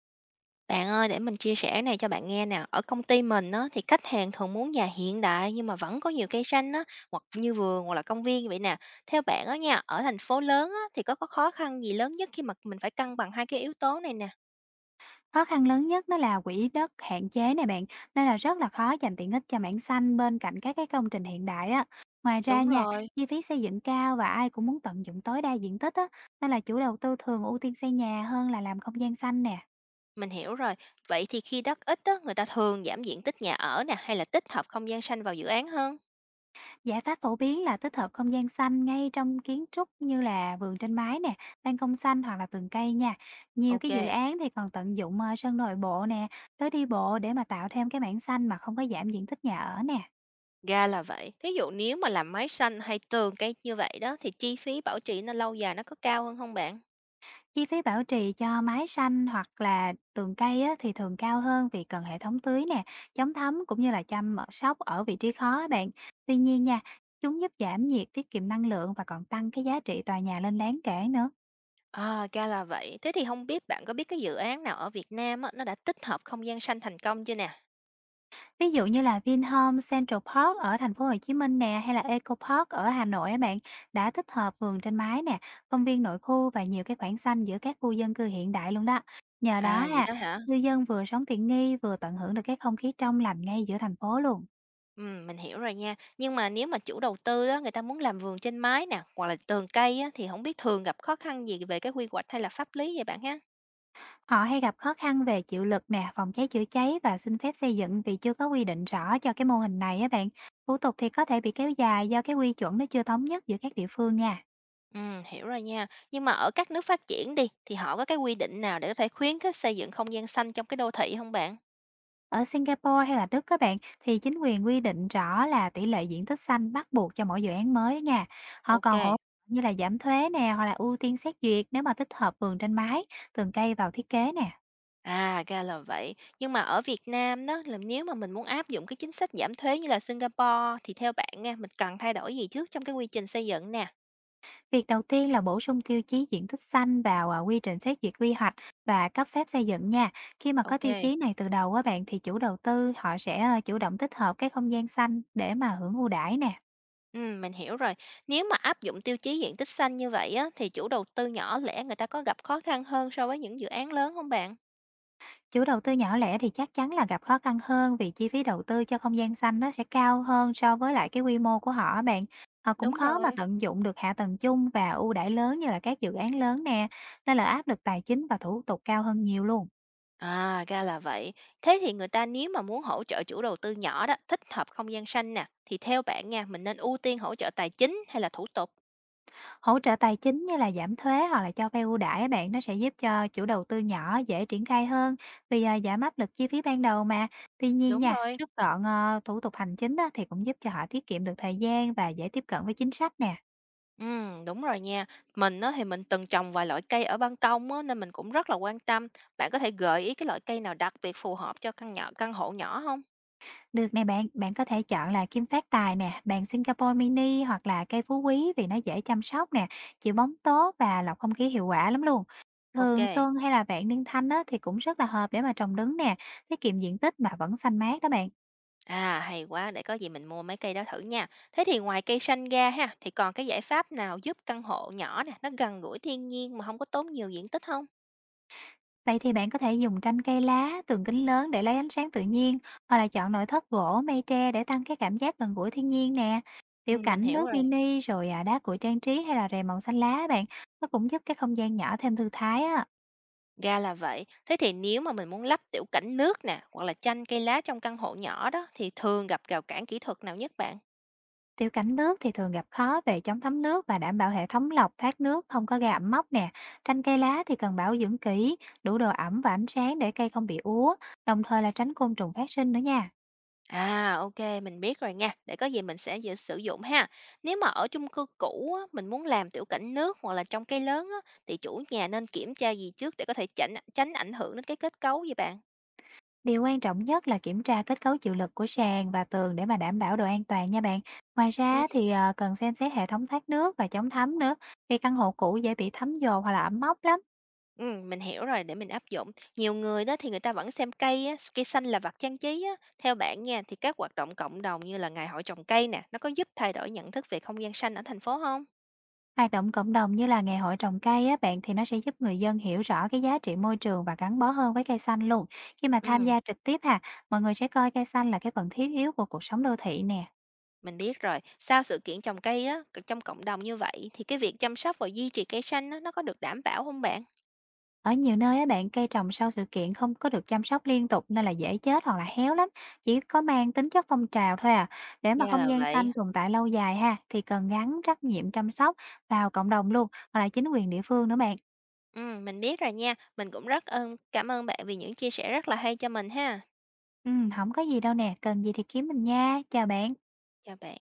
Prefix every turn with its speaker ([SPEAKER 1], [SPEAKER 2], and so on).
[SPEAKER 1] Bạn ơi, để mình chia sẻ này cho bạn nghe nè. Ở công ty mình á, thì khách hàng thường muốn nhà hiện đại nhưng mà vẫn có nhiều cây xanh á, hoặc như vườn hoặc là công viên như vậy nè. Theo bạn á nha, ở thành phố lớn á, thì có khó khăn gì lớn nhất khi mà mình phải cân bằng hai cái yếu tố này nè?
[SPEAKER 2] Khó khăn lớn nhất nó là quỹ đất hạn chế này bạn, nên là rất là khó dành tiện ích cho mảng xanh bên cạnh các cái công trình hiện đại á. Ngoài ra
[SPEAKER 1] Đúng
[SPEAKER 2] nha,
[SPEAKER 1] rồi,
[SPEAKER 2] chi phí xây dựng cao và ai cũng muốn tận dụng tối đa diện tích á, nên là chủ đầu tư thường ưu tiên xây nhà hơn là làm không gian xanh nè.
[SPEAKER 1] mình hiểu rồi. Vậy thì khi đất ít á, người ta thường giảm diện tích nhà ở nè hay là tích hợp không gian xanh vào dự án hơn?
[SPEAKER 2] Giải pháp phổ biến là tích hợp không gian xanh ngay trong kiến trúc như là vườn trên mái nè, ban công xanh hoặc là tường cây nha. Nhiều
[SPEAKER 1] Ok,
[SPEAKER 2] cái dự án thì còn tận dụng sân nội bộ nè, lối đi bộ để mà tạo thêm cái mảng xanh mà không có giảm diện tích nhà ở nè.
[SPEAKER 1] ra là vậy. Thí dụ nếu mà làm máy xanh hay tường cây như vậy đó thì chi phí bảo trì nó lâu dài nó có cao hơn không bạn?
[SPEAKER 2] Chi phí bảo trì cho mái xanh hoặc là tường cây á, thì thường cao hơn vì cần hệ thống tưới nè, chống thấm cũng như là sóc ở vị trí khó á bạn. Tuy nhiên nha, chúng giúp giảm nhiệt, tiết kiệm năng lượng và còn tăng cái giá trị tòa nhà lên đáng kể nữa.
[SPEAKER 1] À, ra là vậy. Thế thì không biết bạn có biết cái dự án nào ở Việt Nam á, nó đã tích hợp không gian xanh thành công chưa nè?
[SPEAKER 2] Ví dụ như là Vinhome Central Park ở thành phố Hồ Chí Minh nè, hay là Eco Park ở Hà Nội á bạn, đã tích hợp vườn trên mái nè, công viên nội khu và nhiều cái khoảng xanh giữa các khu dân cư hiện đại luôn đó. Nhờ đó
[SPEAKER 1] À, vậy
[SPEAKER 2] ha,
[SPEAKER 1] đó hả?
[SPEAKER 2] cư dân vừa sống tiện nghi vừa tận hưởng được cái không khí trong lành ngay giữa thành phố luôn.
[SPEAKER 1] Mình hiểu rồi nha. Nhưng mà nếu mà chủ đầu tư đó người ta muốn làm vườn trên mái nè, hoặc là tường cây á, thì không biết thường gặp khó khăn gì về cái quy hoạch hay là pháp lý vậy bạn ha?
[SPEAKER 2] Họ hay gặp khó khăn về chịu lực nè, phòng cháy chữa cháy và xin phép xây dựng vì chưa có quy định rõ cho cái mô hình này á bạn. Thủ tục thì có thể bị kéo dài do cái quy chuẩn nó chưa thống nhất giữa các địa phương nha.
[SPEAKER 1] Hiểu rồi nha. Nhưng mà ở các nước phát triển đi, thì họ có cái quy định nào để có thể khuyến khích xây dựng không gian xanh trong cái đô thị không bạn?
[SPEAKER 2] Ở Singapore hay là Đức các bạn thì chính quyền quy định rõ là tỷ lệ diện tích xanh bắt buộc cho mỗi dự án mới đó nha. Họ còn hỗ trợ
[SPEAKER 1] OK.
[SPEAKER 2] như là giảm thuế nè hoặc là ưu tiên xét duyệt nếu mà tích hợp vườn trên mái, tường cây vào thiết kế nè.
[SPEAKER 1] À, ra là vậy. Nhưng mà ở Việt Nam đó, là nếu mà mình muốn áp dụng cái chính sách giảm thuế như là Singapore thì theo bạn nha, mình cần thay đổi gì trước trong cái quy trình xây dựng nè?
[SPEAKER 2] Việc đầu tiên là bổ sung tiêu chí diện tích xanh vào quy trình xét duyệt quy hoạch và cấp phép xây dựng nha. Khi mà có tiêu
[SPEAKER 1] Ok.
[SPEAKER 2] chí này từ đầu các bạn thì chủ đầu tư họ sẽ chủ động tích hợp cái không gian xanh để mà hưởng ưu đãi nè.
[SPEAKER 1] Ừ, mình hiểu rồi. Nếu mà áp dụng tiêu chí diện tích xanh như vậy á, thì chủ đầu tư nhỏ lẻ người ta có gặp khó khăn hơn so với những dự án lớn không bạn?
[SPEAKER 2] Chủ đầu tư nhỏ lẻ thì chắc chắn là gặp khó khăn hơn vì chi phí đầu tư cho không gian xanh nó sẽ cao hơn so với lại cái quy mô của họ á bạn. Họ cũng
[SPEAKER 1] Đúng
[SPEAKER 2] khó
[SPEAKER 1] rồi.
[SPEAKER 2] mà tận dụng được hạ tầng chung và ưu đãi lớn như là các dự án lớn nè, nên là áp lực tài chính và thủ tục cao hơn nhiều luôn.
[SPEAKER 1] À, ra là vậy. Thế thì người ta nếu mà muốn hỗ trợ chủ đầu tư nhỏ đó, thích hợp không gian xanh nè, thì theo bạn nha, mình nên ưu tiên hỗ trợ tài chính hay là thủ tục?
[SPEAKER 2] Hỗ trợ tài chính như là giảm thuế hoặc là cho vay ưu đãi á bạn nó sẽ giúp cho chủ đầu tư nhỏ dễ triển khai hơn vì giảm áp lực chi phí ban đầu mà. Tuy nhiên
[SPEAKER 1] Đúng
[SPEAKER 2] nha,
[SPEAKER 1] rồi.
[SPEAKER 2] rút gọn thủ tục hành chính á, thì cũng giúp cho họ tiết kiệm được thời gian và dễ tiếp cận với chính sách nè.
[SPEAKER 1] Đúng rồi nha. Mình á, thì mình từng trồng vài loại cây ở ban công á, nên mình cũng rất là quan tâm. Bạn có thể gợi ý cái loại cây nào đặc biệt phù hợp cho căn nhỏ căn hộ nhỏ không?
[SPEAKER 2] Được nè bạn, bạn có thể chọn là kim phát tài nè, bàn Singapore mini hoặc là cây phú quý vì nó dễ chăm sóc nè, chịu bóng tốt và lọc không khí hiệu quả lắm luôn. Thường
[SPEAKER 1] OK.
[SPEAKER 2] xuân hay là vạn niên thanh á, thì cũng rất là hợp để mà trồng đứng nè, tiết kiệm diện tích mà vẫn xanh mát đó bạn.
[SPEAKER 1] À, hay quá, để có gì mình mua mấy cây đó thử nha. Thế thì ngoài cây xanh ra ha, thì còn cái giải pháp nào giúp căn hộ nhỏ nè, nó gần gũi thiên nhiên mà không có tốn nhiều diện tích không?
[SPEAKER 2] Vậy thì bạn có thể dùng tranh cây lá, tường kính lớn để lấy ánh sáng tự nhiên, hoặc là chọn nội thất gỗ, mây tre để tăng cái cảm giác gần gũi thiên nhiên nè. Tiểu
[SPEAKER 1] Mình
[SPEAKER 2] cảnh
[SPEAKER 1] hiểu
[SPEAKER 2] nước
[SPEAKER 1] rồi.
[SPEAKER 2] mini rồi đá cuội trang trí hay là rèm màu xanh lá bạn, nó cũng giúp cái không gian nhỏ thêm thư thái á.
[SPEAKER 1] Ra là vậy. Thế thì nếu mà mình muốn lắp tiểu cảnh nước nè, hoặc là chanh cây lá trong căn hộ nhỏ đó, thì thường gặp rào cản kỹ thuật nào nhất bạn?
[SPEAKER 2] Tiểu cảnh nước thì thường gặp khó về chống thấm nước và đảm bảo hệ thống lọc thoát nước không có gây ẩm mốc nè. Tranh cây lá thì cần bảo dưỡng kỹ, đủ độ ẩm và ánh sáng để cây không bị úa, đồng thời là tránh côn trùng phát sinh nữa nha.
[SPEAKER 1] À, OK, mình biết rồi nha, để có gì mình sẽ sử dụng ha. Nếu mà ở chung cư cũ á, mình muốn làm tiểu cảnh nước hoặc là trong cây lớn á, thì chủ nhà nên kiểm tra gì trước để có thể chảnh tránh ảnh hưởng đến cái kết cấu vậy bạn?
[SPEAKER 2] Điều quan trọng nhất là kiểm tra kết cấu chịu lực của sàn và tường để mà đảm bảo độ an toàn nha bạn. Ngoài
[SPEAKER 1] Ừ,
[SPEAKER 2] ra thì cần xem xét hệ thống thoát nước và chống thấm nữa, vì căn hộ cũ dễ bị thấm dồn hoặc là ẩm mốc lắm.
[SPEAKER 1] mình hiểu rồi, để mình áp dụng. Nhiều người đó thì người ta vẫn xem cây á, cây xanh là vật trang trí á. Theo bạn nha, thì các hoạt động cộng đồng như là ngày hội trồng cây nè, nó có giúp thay đổi nhận thức về không gian xanh ở thành phố không?
[SPEAKER 2] Hoạt động cộng đồng như là ngày hội trồng cây á bạn, thì nó sẽ giúp người dân hiểu rõ cái giá trị môi trường và gắn bó hơn với cây xanh luôn. Khi mà tham
[SPEAKER 1] Ừ.
[SPEAKER 2] gia trực tiếp ha, mọi người sẽ coi cây xanh là cái phần thiết yếu của cuộc sống đô thị nè.
[SPEAKER 1] Mình biết rồi, sau sự kiện trồng cây á, trong cộng đồng như vậy thì cái việc chăm sóc và duy trì cây xanh á, nó có được đảm bảo không bạn?
[SPEAKER 2] Ở nhiều nơi á bạn, cây trồng sau sự kiện không có được chăm sóc liên tục nên là dễ chết hoặc là héo lắm, chỉ có mang tính chất phong trào thôi à. Để mà
[SPEAKER 1] Ra
[SPEAKER 2] không
[SPEAKER 1] là
[SPEAKER 2] gian
[SPEAKER 1] vậy.
[SPEAKER 2] xanh tồn tại lâu dài ha, thì cần gắn trách nhiệm chăm sóc vào cộng đồng luôn, hoặc là chính quyền địa phương nữa bạn.
[SPEAKER 1] Mình biết rồi nha. Mình cũng rất ơn cảm ơn bạn vì những chia sẻ rất là hay cho mình ha.
[SPEAKER 2] Ừ, không có gì đâu nè, cần gì thì kiếm mình nha. Chào bạn.
[SPEAKER 1] Chào bạn.